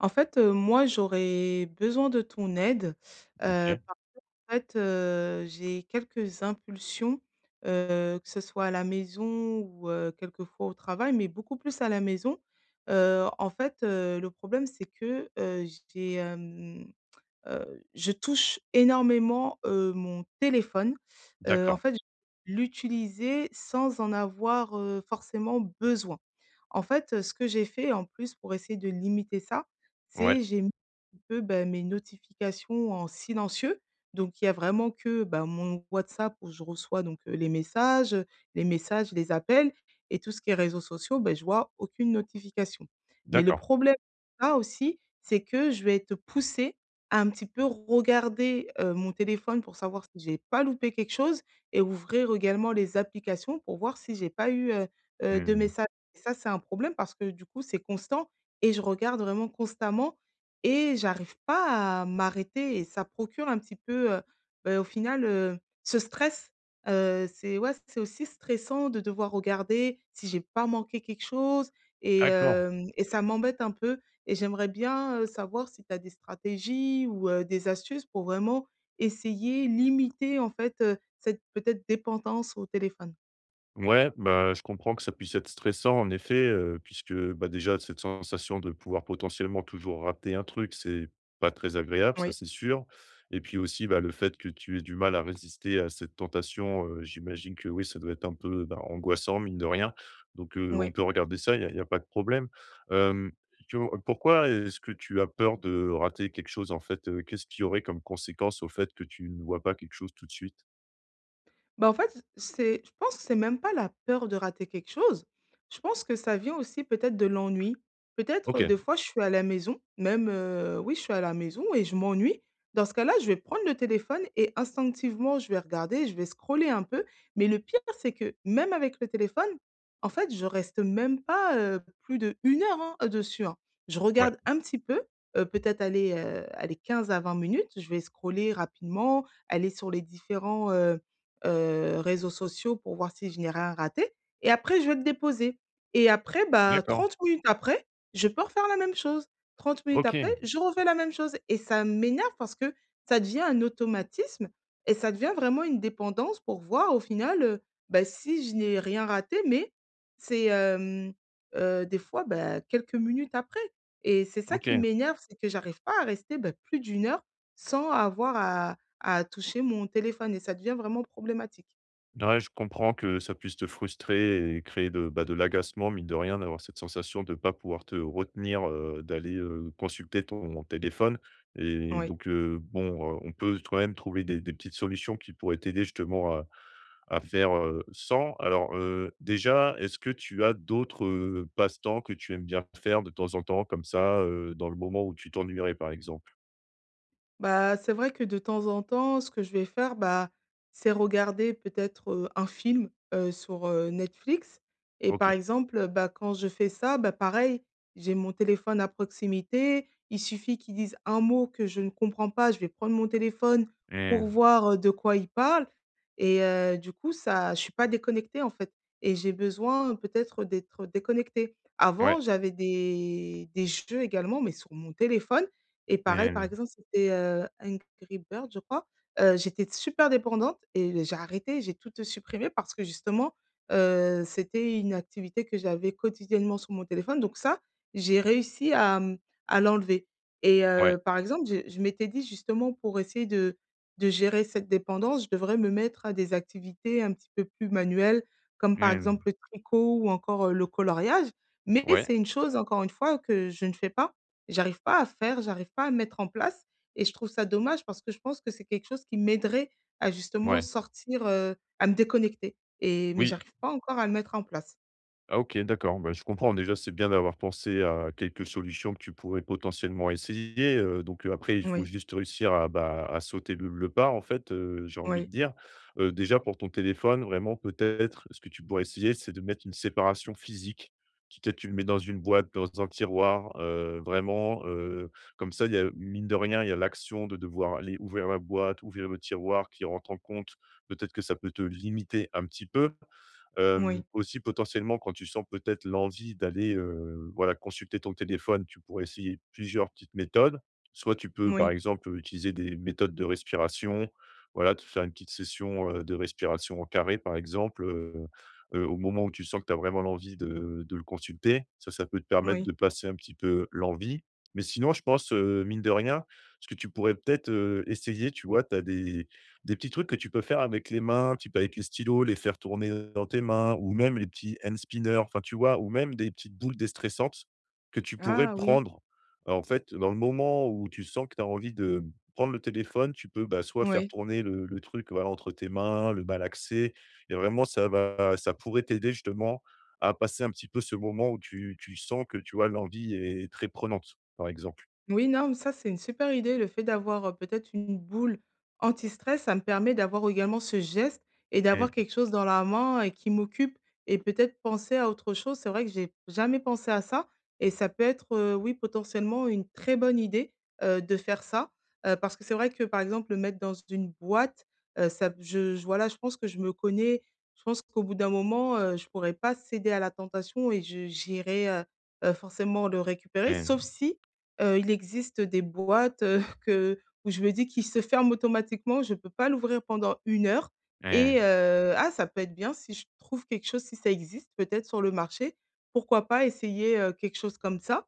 En fait, moi, j'aurais besoin de ton aide, OK, parce qu'en fait, j'ai quelques impulsions, que ce soit à la maison ou quelquefois au travail, mais beaucoup plus à la maison. Le problème, c'est que j'ai, je touche énormément, mon téléphone. D'accord. Je vais l'utiliser sans en avoir, forcément besoin. En fait, ce que j'ai fait en plus pour essayer de limiter ça, Ouais, c'est j'ai mis un peu, bah, mes notifications en silencieux. Donc il y a vraiment que, bah, mon WhatsApp où je reçois donc, les messages, les appels et tout ce qui est réseaux sociaux, beh, je vois aucune notification. Mais le d'accord. problème, là aussi, c'est que je vais être poussée à un petit peu regarder, mon téléphone pour savoir si j'ai pas loupé quelque chose et ouvrir également les applications pour voir si j'ai pas eu, de Mmh. messages. Et ça, c'est un problème parce que du coup, c'est constant et je regarde vraiment constamment et j'arrive pas à m'arrêter, et ça procure un petit peu, beh, au final, ce stress. C'est ouais, c'est aussi stressant de devoir regarder si j'ai pas manqué quelque chose et D'accord. hem et ça m'embête un peu, et j'aimerais bien, savoir si tu as des stratégies ou, des astuces pour vraiment essayer, limiter en fait, cette peut-être dépendance au téléphone. Ouais, bah, je comprends que ça puisse être stressant en effet, puisque, bah, déjà cette sensation de pouvoir potentiellement toujours rater un truc, c'est pas très agréable, ça Oui, c'est sûr et puis aussi, bah, le fait que tu aies du mal à résister à cette tentation, j'imagine que oui, ça doit être un peu, bah, angoissant mine de rien donc on oui. peut regarder ça, il n'y a pas de problème. Hem, tu au pourquoi est-ce que tu as peur de rater quelque chose en fait, heu? Qu'est-ce qui aurait comme conséquence au fait que tu ne vois pas quelque chose tout de suite? Bah, en fait, c'est je pense que c'est même pas la peur de rater quelque chose. Je pense que ça vient aussi peut-être de l'ennui. Peut-être, OK, des fois, je suis à la maison, même, oui, je suis à la maison et je m'ennuie. Dans ce cas-là, je vais prendre le téléphone et instinctivement, je vais regarder, je vais scroller un peu. Mais le pire, c'est que même avec le téléphone, en fait, je reste même pas, plus de 1 heure, hein, dessus, hein. Je ouais, regarde un petit peu, peut-être aller 15 à 20 minutes. Je vais scroller rapidement, aller sur les différents, réseaux sociaux pour voir si je n'ai rien raté, et après je vais le déposer, et après, bah, d'accord. 30 minutes après, je peux refaire la même chose. 30 minutes après, OK, je refais la même chose et ça m'énerve parce que ça devient un automatisme et ça devient vraiment une dépendance pour voir au final, bah, si je n'ai rien raté, mais c'est, des fois, bah, quelques minutes après. Et c'est ça qui OK. m'énerve, c'est que j'arrive pas à rester, bah, plus d'une heure sans avoir à toucher mon téléphone, et ça devient vraiment problématique. Ouais, je comprends que ça puisse te frustrer et créer de, bah, de l'agacement, mine de rien, d'avoir cette sensation de ne pas pouvoir te retenir, d'aller consulter ton téléphone. Et Oui. donc, bon, on peut quand même trouver des petites solutions qui pourraient t'aider justement à faire sans. Alors, déjà, est-ce que tu as d'autres passe-temps que tu aimes bien faire de temps en temps, comme ça, dans le moment où tu t'ennuierais, par exemple? Bah, c'est vrai que de temps en temps, ce que je vais faire, bah, c'est regarder peut-être, un film, sur, Netflix. Et Ok. par exemple, bah, quand je fais ça, bah, pareil, j'ai mon téléphone à proximité. Il suffit qu'ils disent un mot que je ne comprends pas, je vais prendre mon téléphone pour Hmm. voir, de quoi ils parlent, et du coup, ça, je suis pas déconnectée, en fait, et j'ai besoin peut-être d'être déconnectée. Ouais. Avant, j'avais des jeux également, mais sur mon téléphone. Et pareil, par Hmm. exemple, c'était, Angry Bird, je crois. J'étais super dépendante et j'ai arrêté, j'ai tout, supprimé parce que justement, c'était une activité que j'avais quotidiennement sur mon téléphone. Donc ça, j'ai réussi à l'enlever. Et Ouais. Par exemple, je m'étais dit justement pour essayer de gérer cette dépendance, je devrais me mettre à des activités un petit peu plus manuelles, comme par exemple Hmm. le tricot ou encore, le coloriage. Mais Ouais. c'est une chose, encore une fois, que je ne fais pas. J'arrive pas à faire, j'arrive pas à mettre en place, et je trouve ça dommage parce que je pense que c'est quelque chose qui m'aiderait à Ouais. justement Ouais. sortir, à me déconnecter, et mais Oui. j'arrive pas encore à le mettre en place. Ah OK, d'accord, bah, je comprends. Déjà, c'est bien d'avoir pensé à quelques solutions que tu pourrais potentiellement essayer, donc après, il faut Oui, juste réussir à, bah, à sauter le pas, en fait, j'ai envie de oui, dire. Déjà pour ton téléphone, vraiment, peut-être, ce que tu pourrais essayer, c'est de mettre une séparation physique. Tu peut-être, tu le mets dans une boîte, dans un tiroir, vraiment, comme ça, il y a mine de rien, il y a l'action de devoir aller ouvrir la boîte, ouvrir le tiroir qui rentre en compte. Peut-être que ça peut te limiter un petit peu. oui, Aussi potentiellement quand tu sens peut-être l'envie d'aller, voilà, consulter ton téléphone, tu pourrais essayer plusieurs petites méthodes. Soit tu peux, oui, par exemple, utiliser des méthodes de respiration, voilà, te faire une petite session, de respiration en carré, par exemple, au moment où tu sens que tu as vraiment l'envie de le consulter. Ça peut te permettre oui. de passer un petit peu l'envie. Mais sinon, je pense, mine de rien, ce que tu pourrais peut-être, essayer, tu vois, tu as des petits trucs que tu peux faire avec les mains, tu peux avec les stylos, les faire tourner dans tes mains ou même les petits hand spinners, enfin, tu vois? Ou même des petites boules déstressantes que tu pourrais Ah oui, prendre. Alors, en fait, dans le moment où tu sens que tu as envie de prendre le téléphone, tu peux, bah, soit faire oui. tourner le truc, voilà, entre tes mains, le malaxer et vraiment ça pourrait t'aider justement à passer un petit peu ce moment où tu sens que, tu vois, l'envie est très prenante, par exemple. Oui, non, mais ça, c'est une super idée. Le fait d'avoir, peut-être une boule anti-stress, ça me permet d'avoir également ce geste et d'avoir Mmh quelque chose dans la main et qui m'occupe, et peut-être penser à autre chose. C'est vrai que j'ai jamais pensé à ça, et ça peut être, oui, potentiellement une très bonne idée, de faire ça, parce que c'est vrai que, par exemple, le mettre dans une boîte, ça je voilà, je pense que je me connais. Je pense qu'au bout d'un moment, je pourrais pas céder à la tentation et je j'irai, forcément le récupérer, sauf mh. si. Il existe des boîtes, que où je me dis qu'ils se ferment automatiquement, je ne peux pas l'ouvrir pendant 1 heure. Et Mmh. Ah, ça peut être bien si je trouve quelque chose, si ça existe peut-être sur le marché, pourquoi pas essayer, quelque chose comme ça?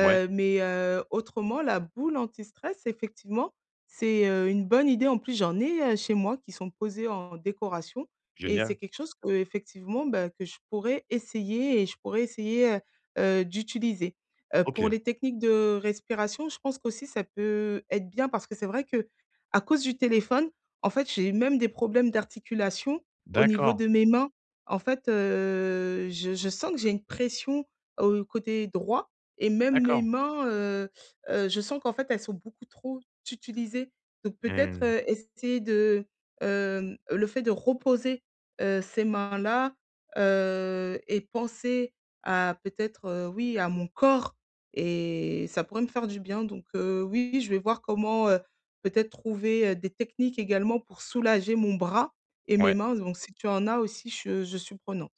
Ouais, mais heu, Autrement, la boule anti-stress, effectivement, c'est, une bonne idée. En plus, j'en ai, chez moi qui sont posées en décoration, et c'est génial. quelque chose que, effectivement, bah, que je pourrais essayer, et je pourrais essayer, d'utiliser. Pour OK, les techniques de respiration, je pense qu'aussi ça peut être bien parce que c'est vrai que, à cause du téléphone, en fait, j'ai eu même des problèmes d'articulation au niveau d'accord. de mes mains. En fait, je sens que j'ai une pression au côté droit, et même mes D'accord. mains, je sens qu'en fait, elles sont beaucoup trop utilisées. Donc peut-être, Mmh. Essayer de, le fait de reposer, ces mains-là, et penser à peut-être, oui, à mon corps, et ça pourrait me faire du bien. Donc oui, je vais voir comment, peut-être trouver, des techniques également pour soulager mon bras et mes Ouais. mains. Donc si tu en as aussi, je suis prenante.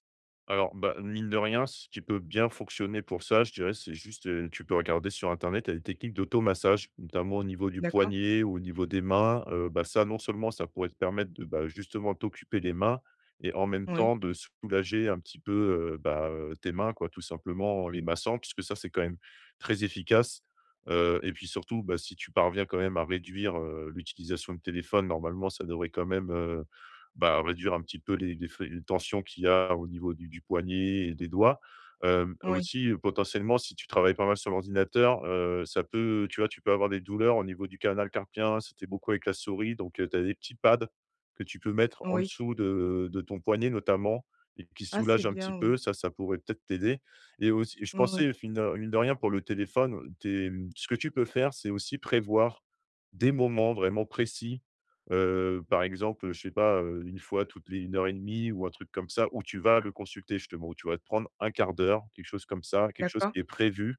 Alors, bah, mine de rien, ce qui peut bien fonctionner pour ça, je dirais, c'est juste, tu peux regarder sur internet, tu as des techniques d'automassage, notamment au niveau du D'accord? poignet ou au niveau des mains. Bah, ça, non seulement ça pourrait te permettre de, bah, justement t'occuper les mains et en même Oui, temps de soulager un petit peu, bah, tes mains, quoi, tout simplement en les massant, puisque ça, c'est quand même très efficace. Et puis surtout, bah, si tu parviens quand même à réduire, l'utilisation de téléphone, normalement, ça devrait quand même, bah, réduire un petit peu les fri les tensions qu'il y a au niveau du poignet et des doigts. Oui, Aussi, potentiellement, si tu travailles pas mal sur l'ordinateur, ça peut, tu vois, tu peux avoir des douleurs au niveau du canal carpien. C'était beaucoup avec la souris, donc tu as des petits pads que tu peux mettre en oui. dessous de ton poignet notamment et qui Ah, c'est soulagent un petit bien, oui. peu. Ça pourrait peut-être t'aider et aussi je Oui, pensais fine de mine de rien pour le téléphone, ce que tu peux faire, c'est aussi prévoir des moments vraiment précis. Par exemple, je sais pas, une fois toutes les une heure et demie ou un truc comme ça, où tu vas le consulter justement, où tu vas te prendre un quart d'heure, quelque chose comme ça, quelque chose d'accord. qui est prévu.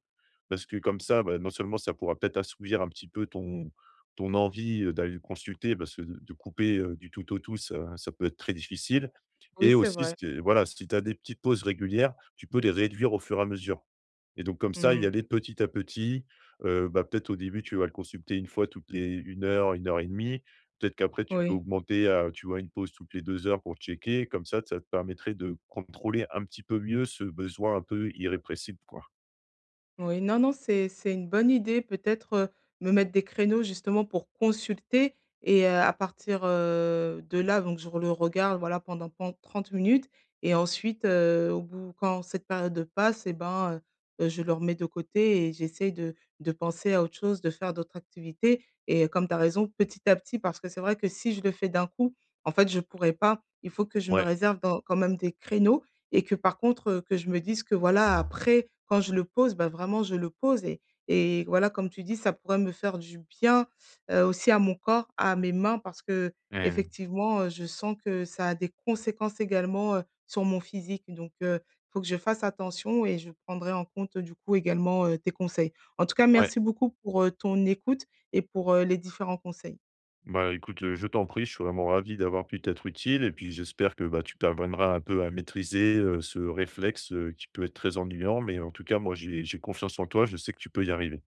Parce que comme ça, bah, non seulement ça pourra peut-être assouvir un petit peu ton ton envie, d'aller le consulter parce que de couper, du tout au tout, ça ça peut être très difficile Oui, et c'est aussi, ce vrai. qui est voilà, si tu as des petites pauses régulières, tu peux les réduire au fur et à mesure. Et donc comme ça, y Mmh. aller petit à petit, bah, peut-être au début, tu vas le consulter une fois toutes les une heure et demie. Peut-être qu'après tu peux Oui. augmenter à, tu vois, une pause toutes les 2 heures pour checker. Comme ça te permettrait de contrôler un petit peu mieux ce besoin un peu irrépressible, quoi. Oui, non, non, c'est une bonne idée. Peut-être, me mettre des créneaux justement pour consulter. Et à partir, de là, donc je le regarde, voilà, pendant pen 30 minutes. Et ensuite, au bout quand cette période passe, et ben, je le remets de côté, et j'essaye de penser à autre chose, de faire d'autres activités, et comme tu as raison, petit à petit, parce que c'est vrai que si je le fais d'un coup, en fait, je pourrais pas. Il faut que je me Ouais, réserve dans quand même des créneaux, et que par contre, que je me dise que, voilà, après, quand je le pose, bah, vraiment je le pose, et voilà, comme tu dis, ça pourrait me faire du bien, aussi à mon corps, à mes mains parce mmh, qu'effectivement, je sens que ça a des conséquences également, sur mon physique. Donc faut que je fasse attention, et je prendrai en compte, du coup également, tes conseils. En tout cas, ouais. merci beaucoup pour, ton écoute et pour, les différents conseils. Bah, écoute, je t'en prie, je suis vraiment ravi d'avoir pu t'être utile et puis j'espère que, bah, tu parviendras un peu à maîtriser, ce réflexe, qui peut être très ennuyant. Mais en tout cas, moi, j'ai confiance en toi, je sais que tu peux y arriver.